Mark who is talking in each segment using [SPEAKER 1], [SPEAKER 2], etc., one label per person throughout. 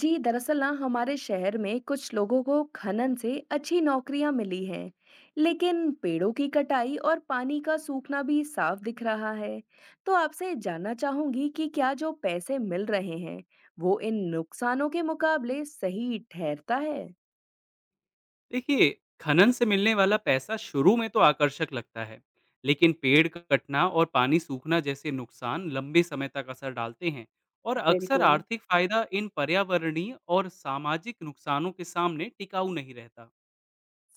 [SPEAKER 1] जी दरअसल ना हमारे शहर में कुछ लोगों को खनन से अच्छी नौकरियां मिली हैं, लेकिन पेड़ों की कटाई और पानी का सूखना भी साफ दिख रहा है। तो आपसे जानना चाहूंगी कि क्या जो पैसे मिल रहे हैं, वो इन नुकसानों के मुकाबले सही ठहरता है?
[SPEAKER 2] देखिए, खनन से मिलने वाला पैसा शुरू में तो आकर्षक लगता है। लेकिन पेड़ कटना और पानी सूखना जैसे नुकसान लंबे समय तक असर डालते हैं। और अक्सर
[SPEAKER 1] बिल्कुल।
[SPEAKER 2] आर्थिक फायदा इन पर्यावरणीय और सामाजिक नुकसानों के सामने टिकाऊ नहीं रहता।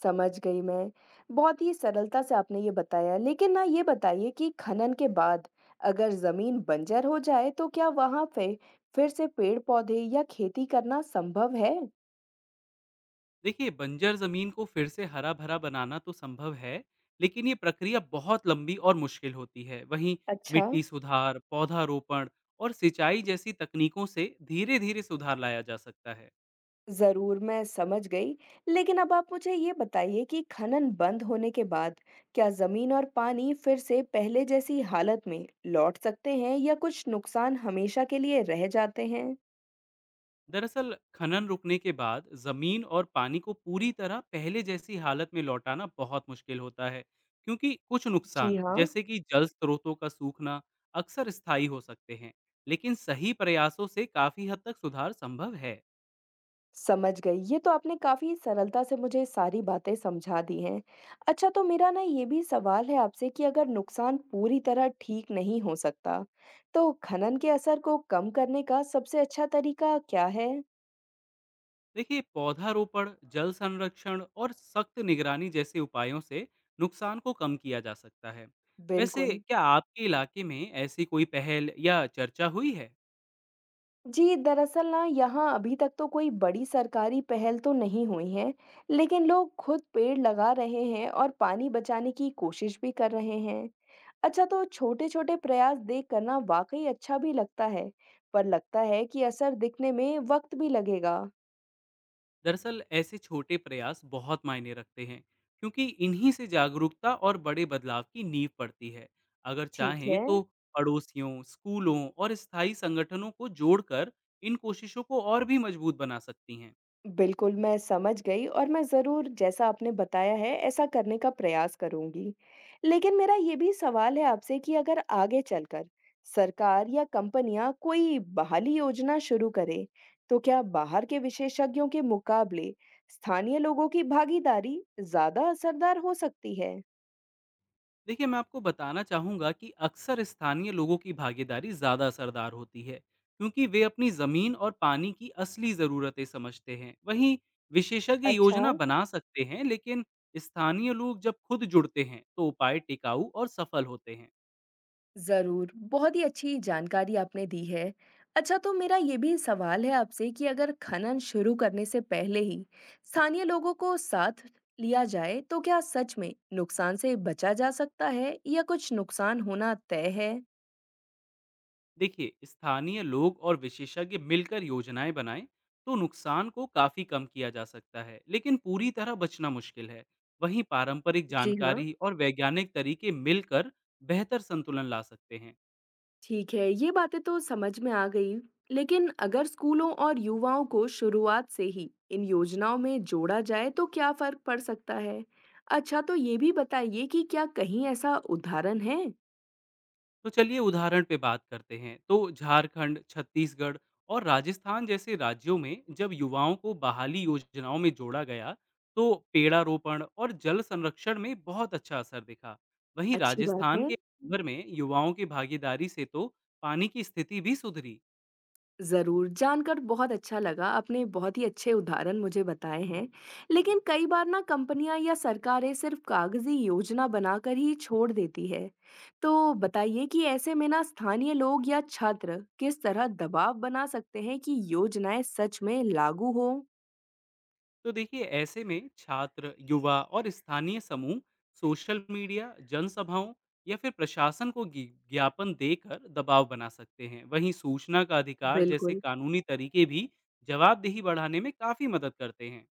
[SPEAKER 1] समझ गई मैं। बहुत ही सरलता से आपने ये बताया, लेकिन ना ये बताइए कि खनन के बाद अगर ज़मीन बंजर हो जाए तो क्या वहाँ पे फिर से पेड़-पौधे या खेती करना संभव है?
[SPEAKER 2] देखिए, बंजर जमीन को फिर से हरा भरा बनाना तो संभव है, लेकिन ये प्रक्रिया बहुत लंबी और मुश्किल होती है। वहीं
[SPEAKER 1] अच्छा।
[SPEAKER 2] मिट्टी सुधार, पौधारोपण और सिंचाई जैसी तकनीकों से धीरे धीरे सुधार लाया जा सकता है।
[SPEAKER 1] ज़रूर, मैं समझ गई। लेकिन अब आप मुझे ये बताइए कि खनन बंद होने के बाद क्या ज़मीन और पानी फिर से पहले जैसी हालत में लौट सकते हैं या कुछ नुकसान हमेशा के लिए रह जाते हैं?
[SPEAKER 2] दरअसल खनन रुकने के बाद जमीन और पानी को पूरी तरह पहले जैसी हालत में लौटाना बहुत मुश्किल होता है, क्योंकि कुछ
[SPEAKER 1] जी
[SPEAKER 2] नुकसान
[SPEAKER 1] हाँ।
[SPEAKER 2] जैसे कि जल स्रोतों का सूखना अक्सर स्थायी हो सकते हैं। लेकिन सही प्रयासों से काफी हद तक सुधार संभव है।
[SPEAKER 1] समझ गई। ये तो आपने काफ़ी सरलता से मुझे सारी बातें समझा दी हैं। अच्छा, तो मेरा ना ये भी सवाल है आपसे कि अगर नुकसान पूरी तरह ठीक नहीं हो सकता, तो खनन के असर को कम करने का सबसे अच्छा तरीका क्या है?
[SPEAKER 2] देखिए, पौधारोपण, जल संरक्षण और सख्त निगरानी जैसे उपायों से नुकसान को कम किया जा सकता है। वैसे,
[SPEAKER 1] बिल्कुल।
[SPEAKER 2] क्या आपके इलाके में ऐसी कोई पहल या चर्चा हुई है?
[SPEAKER 1] जी, दरअसल ना यहाँ अभी तक तो कोई बड़ी सरकारी पहल तो नहीं हुई है, लेकिन लोग खुद पेड़ लगा रहे हैं और पानी बचाने की कोशिश भी कर रहे हैं। अच्छा, तो छोटे-छोटे प्रयास देख कर ना वाकई अच्छा भी लगता है, पर लगता है कि असर दिखने में वक्त भी लगेगा।
[SPEAKER 2] दरअसल ऐसे छोटे प्रयास बहुत मायने रखते हैं, क्योंकि इन्हीं से जागरूकता और बड़े बदलाव की नींव पड़ती है। अगर
[SPEAKER 1] ठीक
[SPEAKER 2] चाहें
[SPEAKER 1] है।
[SPEAKER 2] तो पड़ोसियों, स्कूलों और स्थायी संगठनों को जोड़कर इन कोशिशों को और भी मजबूत बना सकती हैं।
[SPEAKER 1] बिल्कुल, मैं समझ गई और मैं ज़रूर जैसा आपने बताया है ऐसा करने का प्रयास करूँगी। लेकिन मेरा ये भी सवाल है आपसे कि अगर आगे चलकर सरकार या कंपनियाँ कोई बहाली योजना शुरू करें, तो क्या बाहर के विशेषज्ञों के मुकाबले स्थानीय लोगों की भागीदारी ज़्यादा असरदार हो सकती है?
[SPEAKER 2] देखिए, मैं आपको बताना चाहूँगा कि अक्सर स्थानीय लोगों की भागीदारी ज़्यादा असरदार होती है, क्योंकि वे अपनी ज़मीन और पानी की असली ज़रूरतें समझते हैं। वहीं विशेषज्ञ
[SPEAKER 1] अच्छा।
[SPEAKER 2] योजना बना सकते हैं, लेकिन स्थानीय लोग जब खुद जुड़ते हैं तो उपाय टिकाऊ और सफल होते हैं।
[SPEAKER 1] ज़रूर, बहुत ही अच्छी जानकारी आपने दी है। अच्छा, तो मेरा ये भी सवाल है आपसे कि अगर खनन शुरू करने से पहले ही स्थानीय लोगों को साथ लिया जाए, तो क्या सच में नुकसान से बचा जा सकता है या कुछ नुकसान होना तय है?
[SPEAKER 2] देखिए, स्थानीय लोग और विशेषज्ञ मिलकर योजनाएं बनाएं तो नुकसान को काफी कम किया जा सकता है, लेकिन पूरी तरह बचना मुश्किल है। वहीं पारंपरिक
[SPEAKER 1] जी हाँ।
[SPEAKER 2] जानकारी और वैज्ञानिक तरीके मिलकर बेहतर संतुलन ला सकते हैं।
[SPEAKER 1] ठीक है, ये बातें तो समझ में आ गई। लेकिन अगर स्कूलों और युवाओं को शुरुआत से ही इन योजनाओं में जोड़ा जाए तो क्या फर्क पड़ सकता है? अच्छा, तो ये भी बताइए कि क्या कहीं ऐसा उदाहरण है?
[SPEAKER 2] तो चलिए उदाहरण पे बात करते हैं। तो झारखंड, छत्तीसगढ़ और राजस्थान जैसे राज्यों में जब युवाओं को बहाली योजनाओं में जोड़ा गया, तो पेड़ारोपण और जल संरक्षण में बहुत अच्छा असर दिखा। वहीं
[SPEAKER 1] अच्छी बात
[SPEAKER 2] राजस्थान
[SPEAKER 1] है।
[SPEAKER 2] के भर में युवाओं की भागीदारी से तो पानी की स्थिति भी सुधरी।
[SPEAKER 1] ज़रूर, जानकर बहुत अच्छा लगा। आपने बहुत ही अच्छे उदाहरण मुझे बताए हैं। लेकिन कई बार ना कंपनियाँ या सरकारें सिर्फ़ कागज़ी योजना बनाकर ही छोड़ देती है। तो बताइए कि ऐसे में ना स्थानीय लोग या छात्र किस तरह दबाव बना सकते हैं कि योजनाएँ सच में लागू हों?
[SPEAKER 2] तो देखिए, ऐसे में छात्र, युवा और स्थानीय समूह सोशल मीडिया, जनसभाओं या फिर प्रशासन को ज्ञापन देकर दबाव बना सकते हैं। वहीं सूचना का अधिकार जैसे
[SPEAKER 1] बिल्कुल,
[SPEAKER 2] कानूनी तरीके भी जवाबदेही बढ़ाने में काफ़ी मदद करते हैं।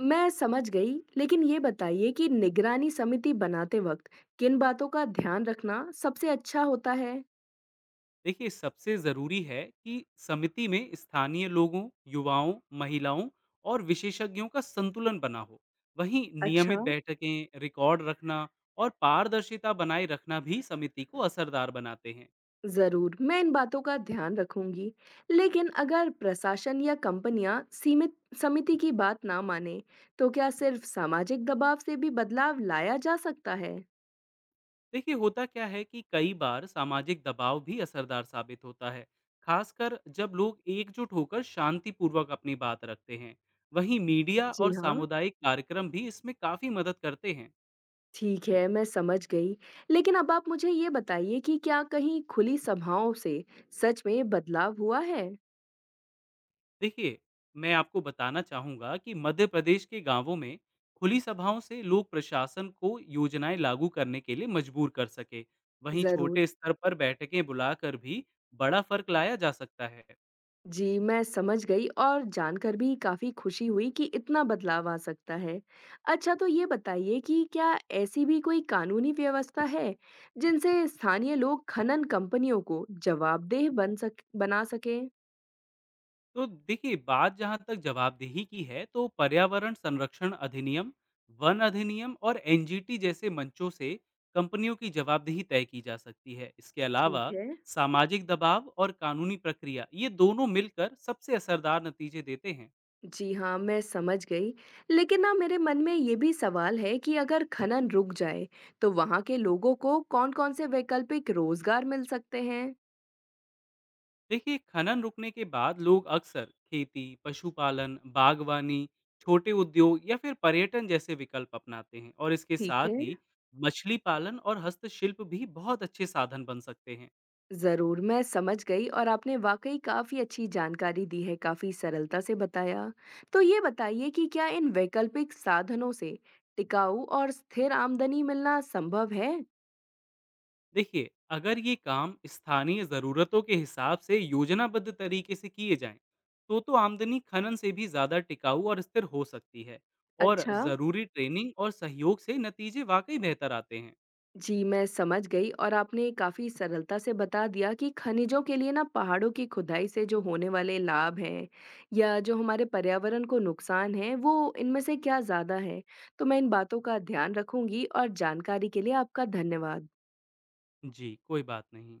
[SPEAKER 1] मैं समझ गई। लेकिन ये बताइए कि निगरानी समिति बनाते वक़्त किन बातों का ध्यान रखना सबसे अच्छा होता है?
[SPEAKER 2] देखिए, सबसे ज़रूरी है कि समिति में स्थानीय लोगों, युवाओं, महिलाओं और विशेषज्ञों का संतुलन बना हो। वहीं
[SPEAKER 1] अच्छा।
[SPEAKER 2] नियमित बैठकें, रिकॉर्ड रखना और पारदर्शिता बनाए रखना भी समिति को असरदार बनाते हैं।
[SPEAKER 1] जरूर, मैं इन बातों का ध्यान रखूंगी। लेकिन अगर प्रशासन या कंपनियां सीमित समिति की बात ना माने, तो क्या सिर्फ सामाजिक दबाव से भी बदलाव लाया जा सकता है?
[SPEAKER 2] देखिए, होता क्या है कि कई बार सामाजिक दबाव भी असरदार साबित होता है, खासकर जब लोग एकजुट होकर शांतिपूर्वक अपनी बात रखते हैं। वहीं मीडिया
[SPEAKER 1] जी
[SPEAKER 2] और
[SPEAKER 1] हाँ।
[SPEAKER 2] सामुदायिक कार्यक्रम भी इसमें काफ़ी मदद करते हैं।
[SPEAKER 1] ठीक है, मैं समझ गई। लेकिन अब आप मुझे ये बताइए कि क्या कहीं खुली सभाओं से सच में बदलाव हुआ है?
[SPEAKER 2] देखिए, मैं आपको बताना चाहूँगा कि मध्य प्रदेश के गांवों में खुली सभाओं से लोग प्रशासन को योजनाएं लागू करने के लिए मजबूर कर सके। वहीं
[SPEAKER 1] जरूर।
[SPEAKER 2] छोटे स्तर पर बैठकें बुलाकर भी बड़ा फर्क लाया जा सकता है।
[SPEAKER 1] जी, मैं समझ गई और जानकर भी काफ़ी खुशी हुई कि इतना बदलाव आ सकता है। अच्छा, तो ये बताइए कि क्या ऐसी भी कोई कानूनी व्यवस्था है, जिनसे स्थानीय लोग खनन कंपनियों को जवाबदेह बन सक बना सकें?
[SPEAKER 2] तो देखिए, बात जहां तक जवाबदेही की है तो पर्यावरण संरक्षण अधिनियम, वन अधिनियम और एनजीटी जैसे मंचों से कंपनियों की जवाबदेही तय की जा सकती है। इसके अलावा
[SPEAKER 1] ठीक है।
[SPEAKER 2] सामाजिक दबाव और कानूनी प्रक्रिया ये दोनों मिलकर सबसे असरदार नतीजे देते हैं।
[SPEAKER 1] जी हाँ, मैं समझ गई। लेकिन ना मेरे मन में ये भी सवाल है कि अगर खनन रुक जाए, तो वहाँ के लोगों को कौन-कौन से वैकल्पिक रोज़गार मिल सकते हैं?
[SPEAKER 2] देखिए, खनन रुकने के बाद लोग अक्सर खेती, पशुपालन, बागवानी, छोटे उद्योग या फिर पर्यटन जैसे विकल्प अपनाते हैं। और इसके
[SPEAKER 1] ठीक
[SPEAKER 2] साथ
[SPEAKER 1] है।
[SPEAKER 2] ही मछली पालन और हस्तशिल्प भी बहुत अच्छे साधन बन सकते हैं।
[SPEAKER 1] ज़रूर, मैं समझ गई और आपने वाक़ई काफ़ी अच्छी जानकारी दी है, काफ़ी सरलता से बताया। तो ये बताइए कि क्या इन वैकल्पिक साधनों से टिकाऊ और स्थिर आमदनी मिलना संभव है?
[SPEAKER 2] देखिए, अगर ये काम स्थानीय ज़रूरतों के हिसाब से योजनाबद्ध तरीके से किए जाएं तो आमदनी खनन से भी ज़्यादा टिकाऊ और स्थिर हो सकती है। और
[SPEAKER 1] अच्छा।
[SPEAKER 2] ज़रूरी ट्रेनिंग और सहयोग से नतीजे वाकई बेहतर आते हैं।
[SPEAKER 1] जी, मैं समझ गई और आपने काफ़ी सरलता से बता दिया कि खनिजों के लिए ना पहाड़ों की खुदाई से जो होने वाले लाभ हैं या जो हमारे पर्यावरण को नुकसान है, वो इनमें से क्या ज़्यादा है। तो मैं इन बातों का ध्यान रखूँगी और जानकारी के लिए आपका धन्यवाद।
[SPEAKER 2] जी, कोई बात नहीं।